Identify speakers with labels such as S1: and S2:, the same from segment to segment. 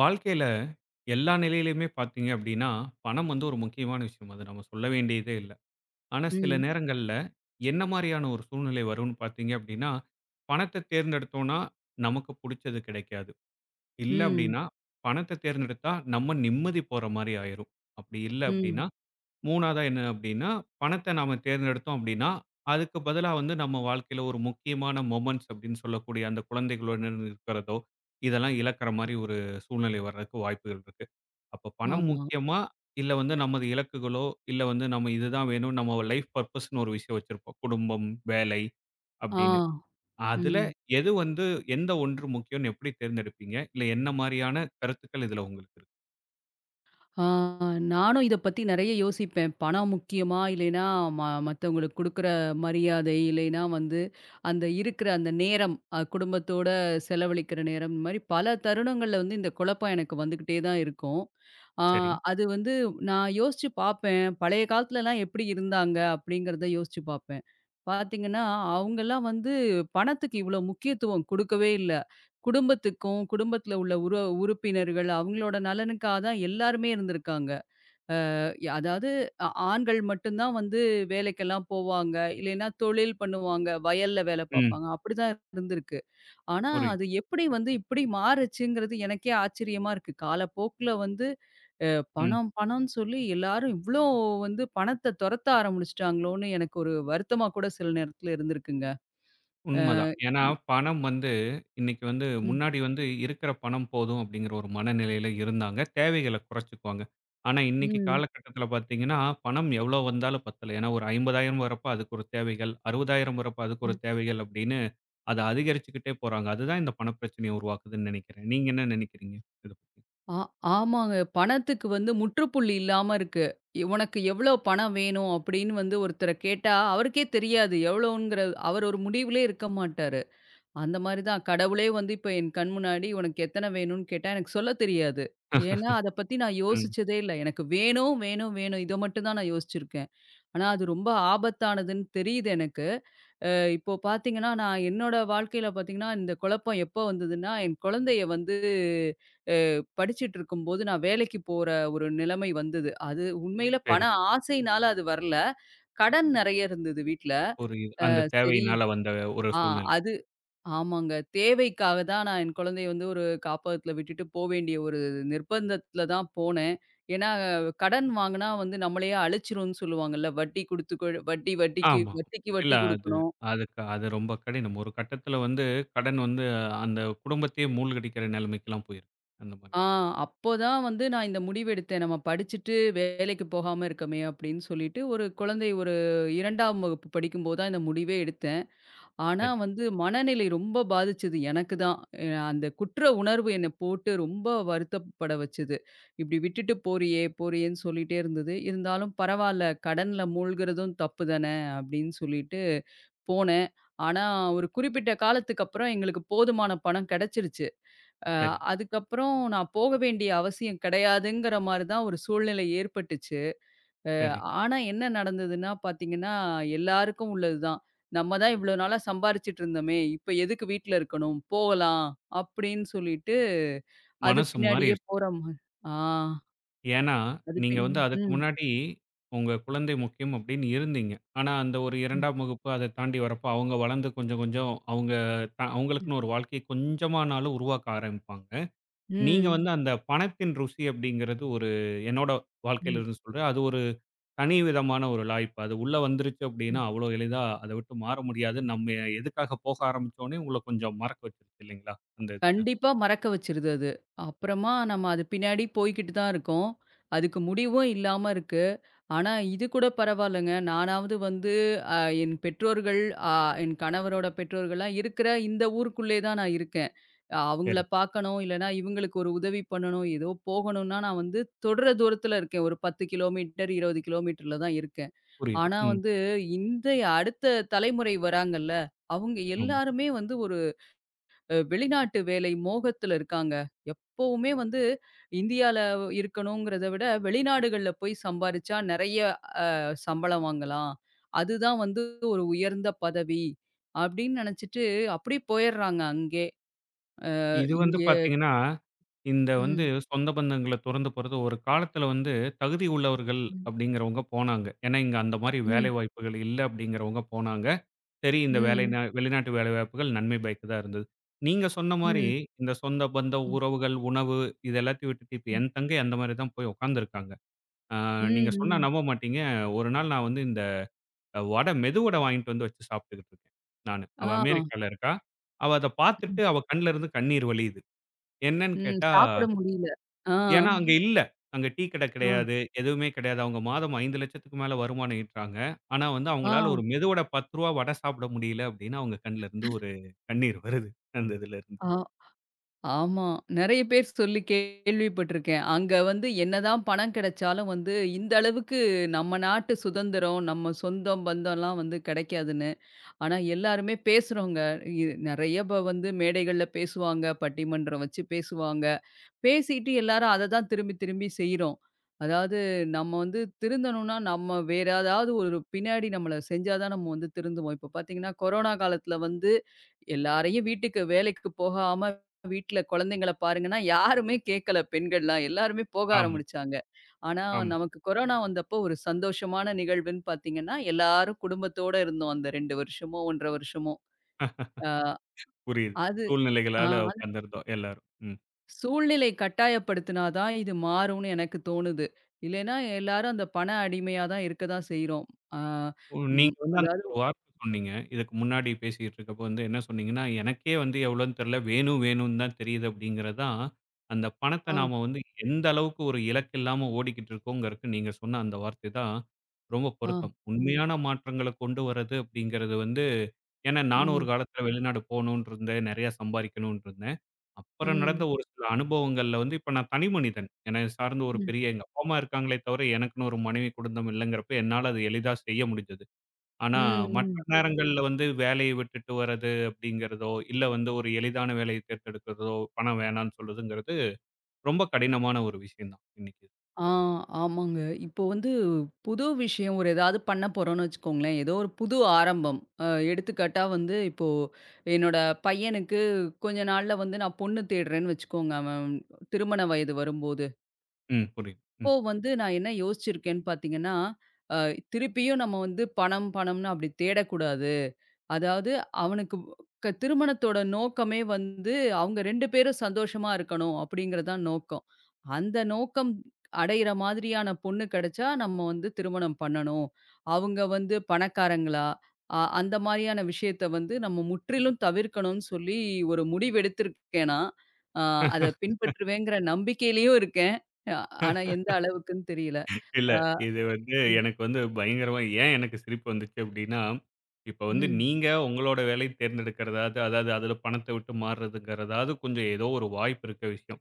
S1: வாழ்க்கையில எல்லா நிலையிலயுமே பார்த்தீங்க அப்படின்னா, பணம் வந்து ஒரு முக்கியமான விஷயம். அது நம்ம சொல்ல வேண்டியதே இல்ல. ஆனா சில
S2: ம்.
S1: நேரங்கள்ல என்ன மாரியான ஒரு சூழ்நிலை வரும்னு பார்த்தீங்க அப்படின்னா, பணத்த தேர்ந்தெடுத்தோம்னா நமக்கு புடிச்சது கிடைக்காது. இல்ல
S2: ம்.
S1: அப்படின்னா, பணத்த தேர்ந்தெடுத்தா நம்ம நிம்மதி போற மாரி ஆயிரும். அப்படி இல்ல
S2: ம்.
S1: அப்படின்னா 3வதா என்ன அப்படின்னா, பணத்த நாம தேர்ந்தெடுத்தோம் அப்படின்னா, அதுக்கு பதிலா வந்து நம்ம வாழ்க்கையில ஒரு முக்கியமான மொமெண்ட்ஸ் அப்படின்னு சொல்லக்கூடிய அந்த குழந்தைகளுடன் இருக்கிறதோ, இதெல்லாம் இழக்கிற மாரி ஒரு சூழ்நிலை வர்றதுக்கு வாய்ப்புகள் இருக்கு. அப்ப பணம்
S2: ஆமா.
S1: முக்கியமா? இல்ல வந்து நமது இலக்குகளோ, இல்ல வந்து நம்ம இதுதான் வேணும், நம்ம லைஃப் பர்ப்பஸ்ன்னு ஒரு விஷயம் வச்சிருப்போம். குடும்பம், வேலை
S2: ஆ.
S1: அப்படின்னு. ம். அதுல
S2: ம்.
S1: எது வந்து எந்த ஒன்று முக்கியம்ன்னு எப்படி தேர்ந்தெடுப்பீங்க? இல்ல என்ன மாரியான கருத்துக்கள் இதுல உங்களுக்கு இருக்கு?
S2: ஆ நானும் இத பத்தி நெறைய யோசிப்பேன். பணம் முக்கியமா? இல்லைன்னா ம மத்தவங்களுக்கு குடுக்குற மரியாதை, இல்லைன்னா வந்து அந்த இருக்கிற அந்த நேரம், குடும்பத்தோட செலவழிக்கிற நேரம், இந்த மாரி பல தருணங்கள்ல வந்து இந்த குழப்பம் எனக்கு வந்துகிட்டே தான் இருக்கும். ஆ
S1: சரி.
S2: அது வந்து நான் யோசிச்சு பார்ப்பேன். பழைய காலத்துலலாம் எப்படி இருந்தாங்க? அப்படிங்கிறத யோசிச்சு பார்ப்பேன். பார்த்தீங்கன்னா, அவங்கலாம் வந்து பணத்துக்கு இவ்வளோ முக்கியத்துவம் குடுக்கவே இல்ல. குடும்பத்துக்கும், குடும்பத்தில உள்ள உறுப்பினர்கள் அவங்களோட நலனுக்காக தான் எல்லாருமே இருந்திருக்காங்க. அ அதாவது ஆண்கள் மட்டும் தான் வந்து வேலைக்கெல்லாம் போவாங்க. இல்லைன்னா தொழில் பண்ணுவாங்க. வயல்ல வேலை
S1: ம்.
S2: பார்ப்பாங்க. அப்படிதான் இருந்திருக்கு. ஆனா
S1: புரியுது.
S2: அது எப்படி வந்து இப்படி மாறுச்சுங்கிறது எனக்கே ஆச்சரியமா இருக்கு. காலப்போக்குல வந்து அ
S1: ம்.
S2: பணம் பணம்னு சொல்லி எல்லாரும் இவ்ளோ வந்து பணத்த துரத்த ஆரம்பிச்சுட்டாங்களோன்னு எனக்கு ஒரு வருத்தமா கூட சில நேரத்தில இருந்திருக்குங்க. அ
S1: உண்மதான். ஏன்னா, பணம் வந்து இன்னைக்கு வந்து
S2: ம்.
S1: முன்னாடி வந்து இருக்கிற பணம் போதும் அப்படிங்கிற ஒரு மனநிலையில இருந்தாங்க. தேவைகள குறைச்சுக்குவாங்க. ஆனா, இன்னைக்கு
S2: ம்.
S1: காலகட்டத்தில பார்த்தீங்கன்னா, பணம் எவ்வளோ வந்தாலும் பத்தல. ஏன்னா, ஒரு 50,000 வரப்ப அதுக்கு ஒரு தேவைகள், 60,000 வரப்ப அதுக்கு ஒரு
S2: ம்.
S1: தேவைகள் அப்படின்னு அத அதிகரிச்சுக்கிட்டே போறாங்க. அதுதான் இந்த பணப்பிரச்சனைய உருவாக்குதுன்னு நெனைக்கிறேன். நீங்க என்ன நெனைக்கிறீங்க? இத பத்தி?
S2: ஆ ஆமாங்க. பணத்துக்கு வந்து முற்றுப்புள்ளி இல்லாம இருக்கு. உனக்கு எவ்ளோ பணம் வேணும் அப்படின்னு வந்து ஒருத்தர கேட்டா, அவருக்கே தெரியாது எவ்வளோங்கிற அவர் ஒரு முடிவிலே இருக்க மாட்டாரு. அந்த மாரி தான் கடவுளே வந்து இப்ப என் கண் முன்னாடி உனக்கு எத்தன வேணும்னு கேட்டா எனக்கு சொல்ல தெரியாது. ஏன்னா அத பத்தி நான்
S1: ம்.
S2: யோசிச்சதே இல்ல. எனக்கு வேணும், வேணும், வேணும் இத மட்டும் தான் நான் யோசிச்சிருக்கேன். ஆனா அது ரொம்ப ஆபத்தானதுன்னு தெரியுது எனக்கு. அ இப்போ பார்த்தீங்கன்னா, நான் என்னோட வாழ்க்கையில பார்த்தீங்கன்னா, இந்த குழப்பம் எப்போ வந்ததுன்னா, என் குழந்தைய வந்து படிச்சுட்டு இருக்கும்போது நான் வேலைக்கு போற ஒரு நிலைமை வந்தது. அது உண்மையில பண
S1: சரி.
S2: ம். ஆசையினால அது வரல. கடன் நெறைய இருந்தது வீட்ல.
S1: ஒரு அந்த
S2: சரி.
S1: தேவையினால வந்த ஒரு
S2: ஆ
S1: சூழ்நிலை.
S2: அது ஆமாங்க. தேவைக்காக தான் நான் என் குழந்தைய வந்து ஒரு காப்பகத்துல விட்டுட்டு போ வேண்டிய ஒரு நிர்பந்தத்துல தான் போனேன். ஏன்னா கடன் வாங்குனா வந்து நம்மளையே அழிச்சிரும்ன்னு சொல்லுவாங்கல்ல. வட்டி குடுத்து கொடு வட்டி வட்டிக்கு
S1: ஆமா.
S2: வட்டிக்கு
S1: இல்ல
S2: வட்டி
S1: அது
S2: குடுக்கணும்.
S1: அதுக்கு அது ரொம்ப கடினம். ஒரு கட்டத்தில வந்து கடன் வந்து அந்த குடும்பத்தையே மூழ்கடிக்கிற நிலைமைக்கெல்லாம் போயிருக்கு. அந்த மாரி.
S2: ஆ அப்போதான் வந்து நான் இந்த முடிவெடுத்தேன். நம்ம படிச்சுட்டு வேலைக்கு போகாம இருக்கமே அப்படின்னு சொல்லிட்டு, ஒரு குழந்தை ஒரு 2ஆம் வகுப்பு படிக்கும்போது தான் இந்த முடிவே எடுத்தேன். ஆனா
S1: சரி,
S2: வந்து மனநிலை ரொம்ப பாதிச்சது எனக்கு தான். அ அந்த குற்ற உணர்வு என்னை போட்டு ரொம்ப வருத்தப்பட வச்சது. இப்படி விட்டுட்டு போறியே போறியேன்னு சொல்லிட்டே இருந்தது. இருந்தாலும் பரவால்ல கடன்ல மூழ்குறதும் தப்பு தானே அப்படின்னு சொல்லிட்டு போனேன். ஆனா ஒரு குறிப்பிட்ட காலத்துக்கு அப்புறம் எங்களுக்கு போதுமான பணம் கிடைச்சிருச்சு. அ
S1: சரி,
S2: அதுக்கப்புறம் நான் போக வேண்டிய அவசியம் கிடையாதுங்கிற மாரி தான் ஒரு சூழ்நிலை ஏற்பட்டுச்சு. அ
S1: சரி.
S2: ஆனா என்ன நடந்ததுன்னா பார்த்தீங்கன்னா, எல்லாருக்கும் உள்ளது தான். நம்ம தான் இவ்வளோ நாளா சம்பாரிச்சுட்டு இருந்தோமே, இப்ப எதுக்கு வீட்ல இருக்கணும்? போகலாம் அப்படின்னு சொல்லிட்டு, அது
S1: மனசு
S2: பின்னாடியே
S1: மாறிருச்சு.
S2: போற மாரி. ஆ
S1: ஏன்னா,
S2: அது
S1: நீங்க வந்து அதுக்கு
S2: ம்,
S1: முன்னாடி உங்க குழந்தை முக்கியம் அப்படின்னு இருந்தீங்க. ஆனா, அந்த ஒரு
S2: ம்,
S1: 2ஆம் வகுப்பு அத தாண்டி வரப்போ அவங்க வளர்ந்து கொஞ்சம் கொஞ்சம் அவங்க
S2: ம்,
S1: அவங்களுக்குன்னு ஒரு வாழ்க்கையை கொஞ்சமானாலும் உருவாக்க ஆரம்பிப்பாங்க. நீங்க
S2: ம்,
S1: வந்து அந்த பணத்தின் ருசி அப்படிங்கிறது ஒரு என்னோட வாழ்க்கையில
S2: ம்,
S1: இருந்து சொல்றேன். அது ஒரு தனி விதமான ஒரு லாய்ப்பு. அது உள்ள வந்துருச்சு அப்படின்னா,
S2: ம்.
S1: அவ்வளோ எளிதா அத விட்டு மாற முடியாது. நம்ம எதுக்காக போக ஆரம்பிச்சோன்னே உங்கள கொஞ்சம் மறக்க வச்சுருச்சு இல்லைங்களா? அந்த இதுல.
S2: கண்டிப்பா மறக்க வச்சுருது அது. அப்புறமா நம்ம அது பின்னாடி போய்க்கிட்டு தான் இருக்கோம். அதுக்கு முடிவும் இல்லாம இருக்கு. ஆனா, இது கூட பரவாயில்லங்க. நானாவது வந்து அ என் பெற்றோர்கள், அ என் கணவரோட பெற்றோர்கள்லாம் இருக்கிற இந்த ஊருக்குள்ளே தான் நான் இருக்கேன். ஆ, அவங்கள
S1: சரி.
S2: பார்க்கணும், இல்லன்னா இவங்களுக்கு ஒரு உதவி பண்ணணும், ஏதோ போகணும்னா நான் வந்து தொடர தூரத்தில இருக்கேன். ஒரு 10 கிலோமீட்டர், 20 கிலோமீட்டர்ல தான் இருக்கேன்.
S1: புரியுது.
S2: ஆனா
S1: ம்.
S2: வந்து இன்றைய அடுத்த தலைமுறை வராங்கல்ல, அவங்க
S1: ஆமா.
S2: எல்லாருமே வந்து ஒரு வெளிநாட்டு வேலை மோகத்தில இருக்காங்க. எப்பவுமே வந்து இந்தியால இருக்கணுங்கிறத விட வெளிநாடுகள்ல போய் சம்பாரிச்சா நெறைய சம்பளம் வாங்கலாம். அதுதான் வந்து ஒரு உயர்ந்த பதவி அப்படின்னு நெனச்சுட்டு அப்படியே போயிடுறாங்க அங்கே.
S1: இது வந்து
S2: இங்கே
S1: பார்த்தீங்கன்னா, இந்த வந்து
S2: ம்.
S1: சொந்த பந்தங்கள துறந்து போறது ஒரு காலத்துல வந்து தகுதி உள்ளவர்கள்
S2: ம்.
S1: அப்படிங்கிறவங்க போனாங்க. ஏன்னா, இங்க அந்த மாரி வேலை
S2: ம்.
S1: வாய்ப்புகள் இல்ல அப்படிங்கிறவங்க போனாங்க. சரி, இந்த வேலை
S2: ம்.
S1: வெளிநாட்டு வேலைவாய்ப்புகள் நன்மை பயக்கு தான் இருந்தது. நீங்க சொன்ன மாரி,
S2: ம்.
S1: இந்த சொந்த, பந்த,
S2: ம்.
S1: உறவுகள், உணவு இது எல்லாத்தையும் விட்டுட்டு, இப்ப
S2: ம்.
S1: என் தங்கை அந்த மாரி தான் போய் உட்காந்துருக்காங்க. ஆ நீங்க சொன்னா
S2: ம்.
S1: நம்ப மாட்டீங்க. ஒரு நாள் நான் வந்து இந்த வடை மெதுவடை வாங்கிட்டு வந்து வச்சு சாப்பிட்டுக்கிட்டு இருக்கேன் நானு. அவ
S2: ஆ.
S1: அமெரிக்கால இருக்கா. அவ அத
S2: ம்.
S1: பார்த்துட்டு அவ கண்ல இருந்து கண்ணீர் வழியுது. என்னன்னு
S2: ம்.
S1: கேட்டா
S2: சாப்பிட முடியல. ஆ.
S1: ஏன்னா அங்க இல்ல. அங்க டீ கடை
S2: ஆ.
S1: கிடையாது. எதுவுமே கிடையாது. அவங்க மாதம் 5,00,000க்கு மேல வருமானம் ஈட்டுறாங்க. ஆனா வந்து அவங்களால ஒரு
S2: ஆ.
S1: மெதுவட ரூ. 10 வடை சாப்பிட முடியல அப்டின்னா, அவங்க கண்ல இருந்து ஒரு கண்ணீர் வருது. அந்த இதுல இருந்து.
S2: ஆ. ஆமா. நெறைய பேர் சொல்லி கேள்விப்பட்டுருக்கேன். அங்க வந்து என்னதான் பணம் கிடைச்சாலும் வந்து இந்த அளவுக்கு நம்ம நாட்டு சுதந்திரம், நம்ம சொந்தம் பந்தம்லாம் வந்து கிடைக்காதுன்னு. ஆனா, எல்லாருமே பேசுறோங்க. இ நெறைய வந்து மேடைகள்ல பேசுவாங்க. பட்டிமன்றம் வச்சு பேசுவாங்க. பேசிட்டு எல்லாரும் அத தான் திரும்பி திரும்பி செய்றோம். அதாவது நம்ம வந்து திருந்தணும்னா, நம்ம வேற ஏதாவது ஒரு பின்னாடி நம்மள செஞ்சா தான் நம்ம வந்து திருந்துவோம். இப்ப பார்த்தீங்கன்னா, கொரோனா காலத்துல வந்து எல்லாரையும் வீட்டுக்கு வேலைக்கு போகாம வீட்ல குழந்தைங்கள பாருங்கன்னா, யாருமே கேட்கல பெண்கள்லாம். எல்லாருமே போக
S1: ஆமா,
S2: ஆரம்பிச்சாங்க. ஆனா
S1: ஆமா.
S2: நமக்கு கொரோனா வந்தப்போ ஒரு சந்தோஷமான நிகழ்வுன்னு பார்த்தீங்கன்னா, எல்லாரும் குடும்பத்தோட இருந்தோம் அந்த 2 வருஷமோ, 1 1/2 வருஷமோ. அ
S1: புரியுது.
S2: அது ஆ
S1: சூழ்நிலைகளால உட்கார்ந்திருந்தோம் எல்லாரும். ம்.
S2: சூழ்நிலை கட்டாயப்படுத்தினா தான் இது மாறும்னு எனக்கு தோணுது. இல்லைன்னா எல்லாரும் அந்த பண அடிமையா தான் இருக்க தான் செய்றோம். ஆ. ம்.
S1: நீங்க வந்து அந்த
S2: அதாவது
S1: ஒரு வார்த்தை சொன்னீங்க. இதுக்கு முன்னாடி பேசிக்கிட்டு இருக்கப்போ வந்து என்ன சொன்னீங்கன்னா, "எனக்கே வந்து எவ்வளோன்னு தெரியல. வேணும் வேணும்னு தான் தெரியுது." அப்படிங்கிறது தான் அந்த பணத்த
S2: ஆ,
S1: நாம வந்து எந்த அளவுக்கு ஒரு இலக்கு இல்லாம ஓடிக்கிட்டு இருக்கோங்கிறதுக்கு நீங்க சொன்ன அந்த வார்த்தை தான் ரொம்ப
S2: ஆ,
S1: பொருத்தம். உண்மையான மாற்றங்கள கொண்டு வர்றது அப்படிங்கிறது வந்து ஏன்னா நானும் ஒரு
S2: ம்,
S1: காலத்தில வெளிநாடு போகணும்னு இருந்தேன். நெறையா சம்பாரிக்கணும்னு இருந்தேன். அப்புறம் நடந்த
S2: ம்,
S1: ஒரு சில அனுபவங்கள்ல வந்து இப்ப நான் தனி மனிதன். என்னை சார்ந்த ஒரு
S2: ம்,
S1: பெரிய எங்க அப்பா, அம்மா இருக்காங்களே தவிர எனக்குன்னு ஒரு மனைவி, குடும்பம் இல்லங்கிறப்ப என்னால அது எளிதா செய்ய முடிஞ்சது. ஆனா,
S2: ம்,
S1: மற்ற
S2: ம்.
S1: நேரங்கள்ல வந்து வேலைய விட்டுட்டு வர்றது அப்படிங்கிறதோ, இல்ல வந்து ஒரு எளிதான வேலைய தேர்ந்தெடுக்கிறதோ, பணம் வேணான்னு சொல்றதுங்கிறது ரொம்ப கடினமான ஒரு விஷயம் தான் இன்னைக்கு.
S2: ஆ ஆமாங்க. இப்போ வந்து புது விஷயம் ஒரு ஏதாவது பண்ண போறோம்னு வச்சுக்கோங்களேன். ஏதோ ஒரு புது ஆரம்பம். எடுத்துக்காட்டா வந்து இப்போ என்னோட பையனுக்கு கொஞ்ச நாள்ல வந்து நான் பொண்ணு தேடுறேன்னு வச்சுக்கோங்க. அவன் திருமண வயது வரும்போது.
S1: ம். புரியுது. ம்.
S2: அப்போ வந்து நான் என்ன யோசிச்சிருக்கேன்னு பார்த்தீங்கன்னா, அ திருப்பியும் நம்ம வந்து பணம், பணம்னு அப்படி தேடக்கூடாது. அதாவது அவனுக்கு திருமணத்தோட நோக்கமே வந்து, அவங்க 2 பேரும் சந்தோஷமா இருக்கணும் அப்படிங்கிறது தான் நோக்கம். அந்த நோக்கம் அடையிற மாதிரியான பொண்ணு கிடைச்சா, நம்ம வந்து திருமணம் பண்ணணும். அவங்க வந்து பணக்காரங்களா? அந்த மாரியான விஷயத்த வந்து நம்ம முற்றிலும் தவிர்க்கணும்னு சொல்லி ஒரு முடிவு எடுத்திருக்கேன் நான். அ அத பின்பற்றுவேங்கிற நம்பிக்கையிலயும் இருக்கேன். அ ஆனா எந்த அளவுக்குன்னு தெரியல.
S1: இல்ல.
S2: அ.
S1: இது வந்து எனக்கு வந்து பயங்கரமா ஏன் எனக்கு சிரிப்பு வந்துச்சு அப்படின்னா, இப்ப வந்து
S2: ம்.
S1: நீங்க உங்களோட வேலைய தேர்ந்தெடுக்கிறதாவது, அதாவது அதுல பணத்த விட்டு மாறுறதுங்கிறதாவது கொஞ்சம் ஏதோ ஒரு வாய்ப்பு இருக்க விஷயம்.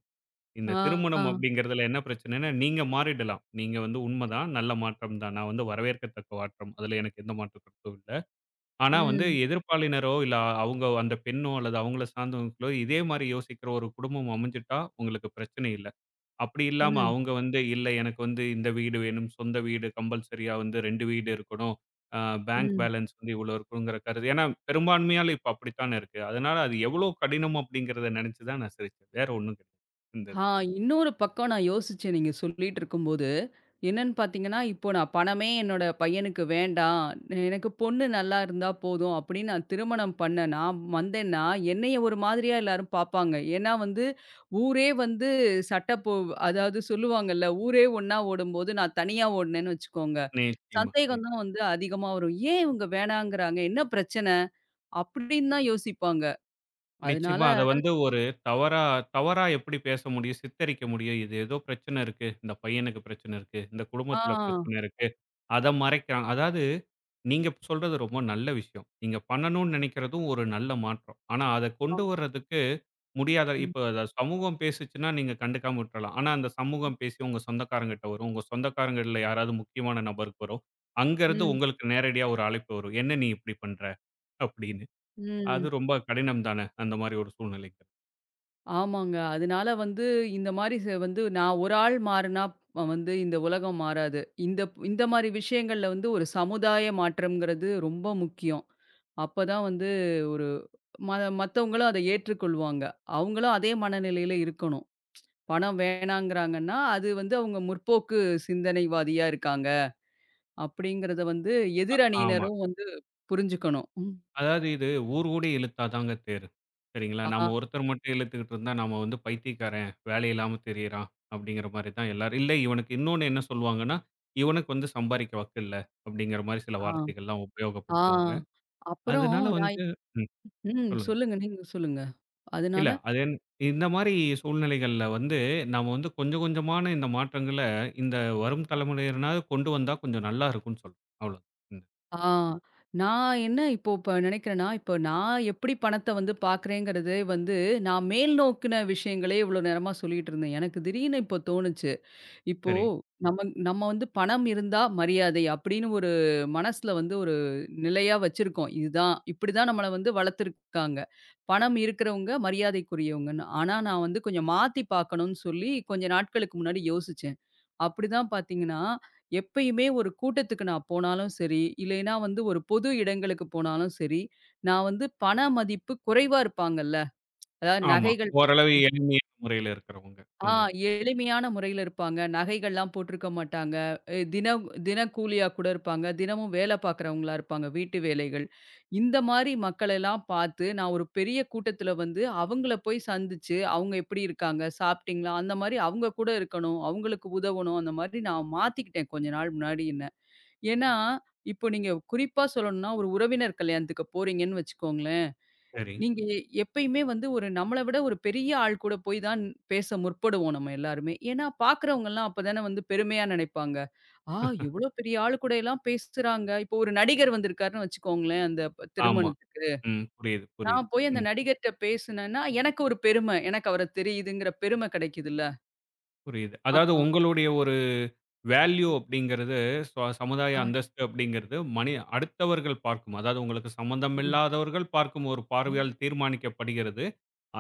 S1: இந்த
S2: ஆ. ஆ,
S1: திருமணம் அப்படிங்கிறதுல என்ன பிரச்சனைன்னா, நீங்க மாறிடலாம். நீங்க வந்து உண்மதான். நல்ல மாற்றம் தான். நான் வந்து வரவேற்கத்தக்க மாற்றம். அதுல எனக்கு எந்த மாற்று கருத்தும் இல்ல. ஆனா வந்து
S2: ம்.
S1: எதிர்ப்பாளினரோ, இல்ல அவங்க அந்த பெண்ணோ அல்லது அவங்கள சார்ந்தவங்களோ இதே மாரி யோசிக்கிற ஒரு குடும்பம் அமைஞ்சுட்டா உங்களுக்கு பிரச்சனை இல்ல. அப்படி இல்லாம
S2: ம்.
S1: அவங்க வந்து இல்ல எனக்கு வந்து இந்த வீடு வேணும், சொந்த வீடு கம்பல்சரியா வந்து 2 வீடு இருக்கணும். அ பேங்க்
S2: ம்.
S1: பேலன்ஸ் வந்து இவ்வளோ இருக்குங்கிற கருது. ஏன்னா பெரும்பான்மையால இப்ப அப்படித்தானே இருக்கு. அதனால அது எவ்வளோ கடினம் அப்படிங்கிறத நெனச்சு தான் நான் சிரிச்சேன். வேற ஒண்ணும் கிடையாது. இந்த
S2: ஆ இன்னொரு பக்கம் நான் யோசிச்சேன் நீங்க சொல்லிட்டு இருக்கும்போது. என்னன்னு பார்த்தீங்கன்னா, இப்போ நான் பணமே என்னோட பையனுக்கு வேண்டாம். எனக்கு பொண்ணு நல்லா இருந்தா போதும் அப்படின்னு நான் திருமணம் பண்ணேன்னா, வந்தேன்னா என்னைய ஒரு மாதிரியா எல்லாரும் பார்ப்பாங்க. ஏன்னா வந்து ஊரே வந்து சட்ட போ அதாவது சொல்லுவாங்கல்ல, ஊரே ஒண்ணா ஓடும்போது நான் தனியா ஓடுனேன்னு வச்சுக்கோங்க.
S1: நிச்சயமா.
S2: சந்தேகம் தான் வந்து அதிகமா வரும். ஏன் இவங்க வேணாங்கிறாங்க? என்ன பிரச்சனை? அப்படின்னு தான் யோசிப்பாங்க. அதனால
S1: நிச்சயமா. அத வந்து ஒரு தவறா தவறா எப்படி பேச முடியும்? சித்தரிக்க முடியும். இது ஏதோ பிரச்சனை இருக்கு. இந்த பையனுக்கு பிரச்சனை இருக்கு. இந்த
S2: ஆ.
S1: குடும்பத்தில பிரச்சனை இருக்கு. அத மறைக்கிறான். அதாவது நீங்க சொல்றது ரொம்ப நல்ல விஷயம். நீங்க பண்ணணும்னு நெனைக்கிறதும் ஒரு நல்ல மாற்றம். ஆனா அத கொண்டு வர்றதுக்கு முடியாத
S2: ம்.
S1: இப்ப அத சமூகம் பேசுச்சுன்னா நீங்க கண்டுக்காம விட்டுறலாம். ஆனா அந்த சமூகம் பேசி உங்க சொந்தக்காரங்ககிட்ட வரும். உங்க சொந்தக்காரங்கள்ல யாராவது முக்கியமான நபருக்கு வரும். அங்கருந்து
S2: ம்.
S1: உங்களுக்கு நேரடியா ஒரு அழைப்பு வரும். "என்ன நீ இப்படி பண்ற?" அப்படின்னு. அது
S2: ம்.
S1: ரொம்ப கடினம் தானே! அந்த மாரி ஒரு சூழ்நிலைக்கு.
S2: ஆமாங்க. அதனால வந்து இந்த மாரி வந்து நான் ஒரு ஆள் மாறுனா வந்து இந்த உலகம் மாறாது. இந்த இந்த மாரி விஷயங்கள்ல வந்து ஒரு சமுதாய மாற்றம்ங்கிறது ரொம்ப முக்கியம். அப்பதான் வந்து ஒரு ம மத்தவங்களும் அத ஏற்றுக்கொள்வாங்க. அவங்களும் அதே மனநிலையில இருக்கணும். பணம் வேணாங்கிறாங்கன்னா, அது வந்து அவங்க 'முற்போக்கு சிந்தனைவாதியா இருக்காங்க' அப்படிங்கிறத வந்து
S1: ஆமா.
S2: எதிரணியினரும் வந்து புரிஞ்சுக்கணும். ம்.
S1: அதாவது இது ஊர் கூடி இழுத்தாதாங்க தேரு. சரிங்களா?
S2: ஆ,
S1: நாம ஒருத்தர் மட்டும் இழுத்துக்கிட்டு இருந்தா, நாம வந்து பைத்தியக்காரன், வேலை இல்லாம திரியிறான் அப்படிங்கிற மாரி தான் எல்லாரும். இல்ல இவனுக்கு இன்னொன்னு என்ன சொல்லுவாங்கன்னா, இவனுக்கு வந்து சம்பாரிக்க வக்கு இல்ல அப்படிங்கிற மாரி சில
S2: ஆ,
S1: வார்த்தைகள்லாம்
S2: ஆ.
S1: உபயோகப்படுத்துவாங்க.
S2: அப்புறம்
S1: அதனால
S2: நான்
S1: வந்து ம்
S2: ம்.
S1: சொல்லுங்க.
S2: சொல்லுங்க. நீங்க சொல்லுங்க.
S1: இல்ல
S2: அதனால
S1: அது என் இந்த மாரி சூழ்நிலைகள்ல வந்து நாம வந்து கொஞ்சம் கொஞ்சமான இந்த மாற்றங்கள இந்த வரும் தலைமுறையினராவது கொண்டு வந்தா கொஞ்சம் நல்லா இருக்கும்னு சொல்றேன். அவ்வளோதான். ம்.
S2: ஆ. நான் என்ன இப்போ இப்ப நினைக்கிறேன்னா, இப்போ நான் எப்படி பணத்த வந்து பார்க்குறேங்கிறது வந்து, நான் மேல் நோக்குன விஷயங்களே இவ்வளோ நேரமா சொல்லிட்டு இருந்தேன். எனக்கு திடீர்னு இப்போ தோணுச்சு. இப்போ
S1: சரி.
S2: நம்ம நம்ம வந்து பணம் இருந்தா மரியாதை அப்படின்னு ஒரு மனசுல வந்து ஒரு நிலையா வச்சிருக்கோம். இதுதான் இப்படிதான் நம்மள வந்து வளர்த்துருக்காங்க. பணம் இருக்கிறவங்க மரியாதைக்குரியவங்கன்னு. ஆனா நான் வந்து கொஞ்சம் மாத்தி பார்க்கணும்னு சொல்லி கொஞ்ச நாட்களுக்கு முன்னாடி யோசிச்சேன். அப்படிதான் பார்த்தீங்கன்னா, எப்பயுமே ஒரு கூட்டத்துக்கு நான் போனாலும் சரி, இல்லைன்னா வந்து ஒரு பொது இடங்களுக்கு போனாலும் சரி, நான் வந்து பண மதிப்பு குறைவா இருப்பாங்கல்ல. அதாவது
S1: ஆமா.
S2: நகைகள்
S1: ஓரளவு எளிமையான முறையில இருக்கிறவங்க
S2: ஆ
S1: அந்த
S2: எளிமையான முறையில இருப்பாங்க. நகைகள்லாம் போட்டிருக்க மாட்டாங்க. தினம் தினக்கூலியா கூட இருப்பாங்க. தினமும் வேலை பார்க்குறவங்களா இருப்பாங்க. வீட்டு வேலைகள். இந்த மாரி மக்களெல்லாம் பார்த்து, நான் ஒரு பெரிய கூட்டத்தில வந்து அவங்கள போய் சந்திச்சு, அவங்க எப்படி இருக்காங்க? சாப்பிட்டீங்களா? அந்த மாரி அவங்க கூட இருக்கணும். அவங்களுக்கு உதவணும். அந்த மாதிரி நான் மாத்திக்கிட்டேன் கொஞ்ச நாள் முன்னாடி என்ன. ஏன்னா, இப்போ நீங்க குறிப்பா சொல்லணும்னா, ஒரு உறவினர் கல்யாணத்துக்கு போறீங்கன்னு வச்சுக்கோங்களேன்.
S1: சரி.
S2: நீங்க எப்பயுமே வந்து ஒரு நம்மள விட ஒரு பெரிய ஆள் கூட போய் தான் பேச முற்படுவோம் நம்ம எல்லாருமே. ஏன்னா பார்க்கிறவங்கலாம் அப்பதானே வந்து பெருமையா நினைப்பாங்க. ஆ இவ்ளோ பெரிய ஆளு கூட எல்லாம் பேசுறாங்க. இப்போ ஒரு நடிகர் வந்திருக்காருன்னு வச்சுக்கோங்களேன் அந்த
S1: ஆமா.
S2: திருமணத்துக்கு.
S1: ம். புரியுது, புரியுது.
S2: நான் போய் அந்த
S1: ம்.
S2: நடிகர்ட்ட பேசுனேன்னா, எனக்கு ஒரு பெருமை. எனக்கு அவர தெரியுதுங்கிற பெருமை கிடைக்குதுல்ல.
S1: புரியுது. அதாவது
S2: ஆமா.
S1: உங்களுடைய ஒரு வேல்யூ அப்படிங்கிறது,
S2: அ,
S1: சமுதாய
S2: அ,
S1: அந்தஸ்து அப்படிங்கிறது மனி அடுத்தவர்கள் பார்க்கும். அதாவது உங்களுக்கு சம்மந்தமில்லாதவர்கள் பார்க்கும் ஒரு
S2: அ.
S1: பார்வையால் தீர்மானிக்கப்படுகிறது.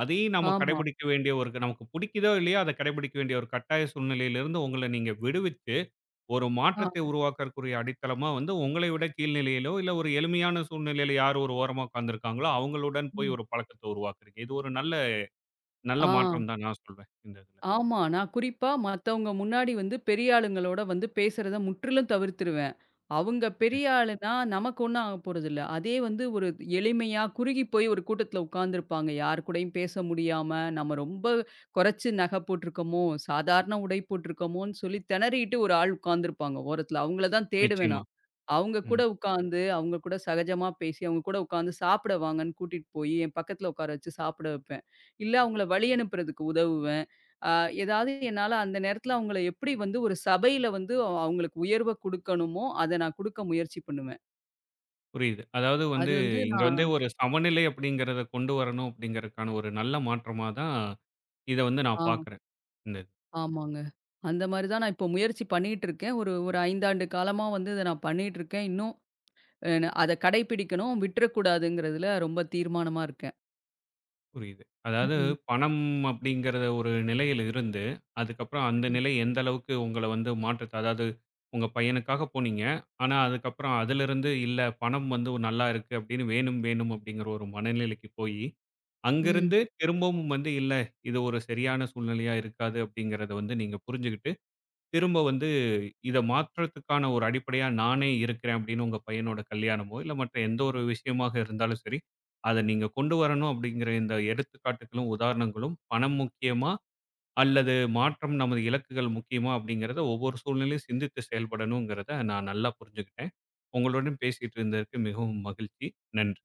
S1: அதையும் நம்ம
S2: ஆமா.
S1: கடைபிடிக்க வேண்டிய ஒரு நமக்கு பிடிக்குதோ இல்லையோ அதை கடைபிடிக்க வேண்டிய ஒரு கட்டாய சூழ்நிலையிலிருந்து உங்கள நீங்க விடுவித்து, ஒரு
S2: ஆ,
S1: மாற்றத்தை உருவாக்கக்கூடிய அடித்தளமா வந்து உங்களை விட கீழ்நிலையிலோ, இல்ல ஒரு எளிமையான சூழ்நிலையில யார் ஒரு ஓரமா உட்கார்ந்திருக்காங்களோ அவங்களுடன் போய்
S2: ம்.
S1: ஒரு பழக்கத்த உருவாக்குறீங்க. இது ஒரு நல்ல நல்ல
S2: ஆ.
S1: மாற்றம் தான் நான் சொல்வேன். இந்த இதுல.
S2: ஆமா. நான் குறிப்பா மத்தவங்க முன்னாடி வந்து பெரிய ஆளுங்களோட வந்து பேசுறத முற்றிலும் தவிர்த்துருவேன். அவங்க பெரிய ஆளுனா நமக்கு ஒண்ணும் ஆக போறதில்ல. அதே வந்து ஒரு எளிமையா குறுகி போய் ஒரு கூட்டத்துல உட்கார்ந்துருப்பாங்க. யார் கூடயும் பேச முடியாம, நம்ம ரொம்ப குறைச்சு நகை போட்டிருக்கோமோ, சாதாரண உடை போட்டிருக்கோமோன்னு சொல்லி திணறிட்டு ஒரு ஆள் உட்கார்ந்துருப்பாங்க ஓரத்துல. அவங்கள தான் தேடுவேன்
S1: நிச்சயமா.
S2: நான். அவங்க
S1: ம்.
S2: கூட உட்காந்து, அவங்க கூட சகஜமா பேசி, அவங்க கூட உட்காந்து சாப்பிட வாங்கன்னு கூட்டிட்டு போய், என் பக்கத்துல உட்கார வச்சு சாப்பிட வைப்பேன். இல்ல அவங்கள வழி அனுப்புறதுக்கு உதவுவேன். ஆ ஏதாவது என்னால அந்த நேரத்துல அவங்கள எப்படி வந்து ஒரு சபையில வந்து அவங்களுக்கு உயர்வ குடுக்கணுமோ, அத நான் குடுக்க முயற்சி பண்ணுவேன்.
S1: புரியுது. அதாவது
S2: அது
S1: வந்து
S2: வந்து
S1: இங்க
S2: நான்
S1: வந்து ஒரு சமநிலை அப்படிங்கிறத கொண்டு வரணும் அப்படிங்கிறதுக்கான ஒரு நல்ல மாற்றமா தான் இத வந்து நான்
S2: ஆ.
S1: பார்க்குறேன். இந்த இது.
S2: ஆமாங்க. அந்த மாரி தான் நான் இப்போ முயற்சி பண்ணிட்டு இருக்கேன். ஒரு ஒரு 5 ஆண்டு காலமா வந்து இத நான் பண்ணிட்டு இருக்கேன். இன்னும் அத கடைபிடிக்கணும், விட்டுறக்கூடாதுங்கிறதுல ரொம்ப தீர்மானமா இருக்கேன்.
S1: புரியுது. அதாவது
S2: ம்,
S1: பணம் அப்படிங்கிறத ஒரு நிலையில இருந்து, அதுக்கப்புறம் அந்த
S2: ம்,
S1: நிலை எந்த அளவுக்கு உங்கள வந்து மாற்றத்த அதாவது உங்க பையனுக்காக போனீங்க. ஆனா அதுக்கப்புறம் அதிலிருந்து இல்ல பணம் வந்து நல்லா இருக்கு அப்படின்னு வேணும், வேணும் அப்படிங்கிற ஒரு மனநிலைக்கு போயி
S2: ம்.
S1: அங்கிருந்து திரும்பவும் வந்து இல்ல, இது ஒரு சரியான சூழ்நிலையா இருக்காது அப்படிங்கிறத வந்து நீங்க புரிஞ்சுகிட்டு, திரும்ப வந்து இத மாற்றத்துக்கான ஒரு அடிப்படையா நானே இருக்கிறேன் அப்படின்னு உங்க பையனோட கல்யாணமோ, இல்ல மற்ற எந்த ஒரு விஷயமாக இருந்தாலும் சரி, அத நீங்க கொண்டு வரணும் அப்படிங்கிற இந்த எடுத்துக்காட்டுகளும், உதாரணங்களும் பணம் முக்கியமா? அல்லது மாற்றம் நமது இலக்குகள் முக்கியமா? அப்படிங்கிறத ஒவ்வொரு சூழ்நிலையும் சிந்தித்து செயல்படணுங்கிறத நான் நல்லா புரிஞ்சுகிட்டேன். உங்களுடன் பேசிட்டு இருந்ததற்கு மிகவும் மகிழ்ச்சி. நன்றி.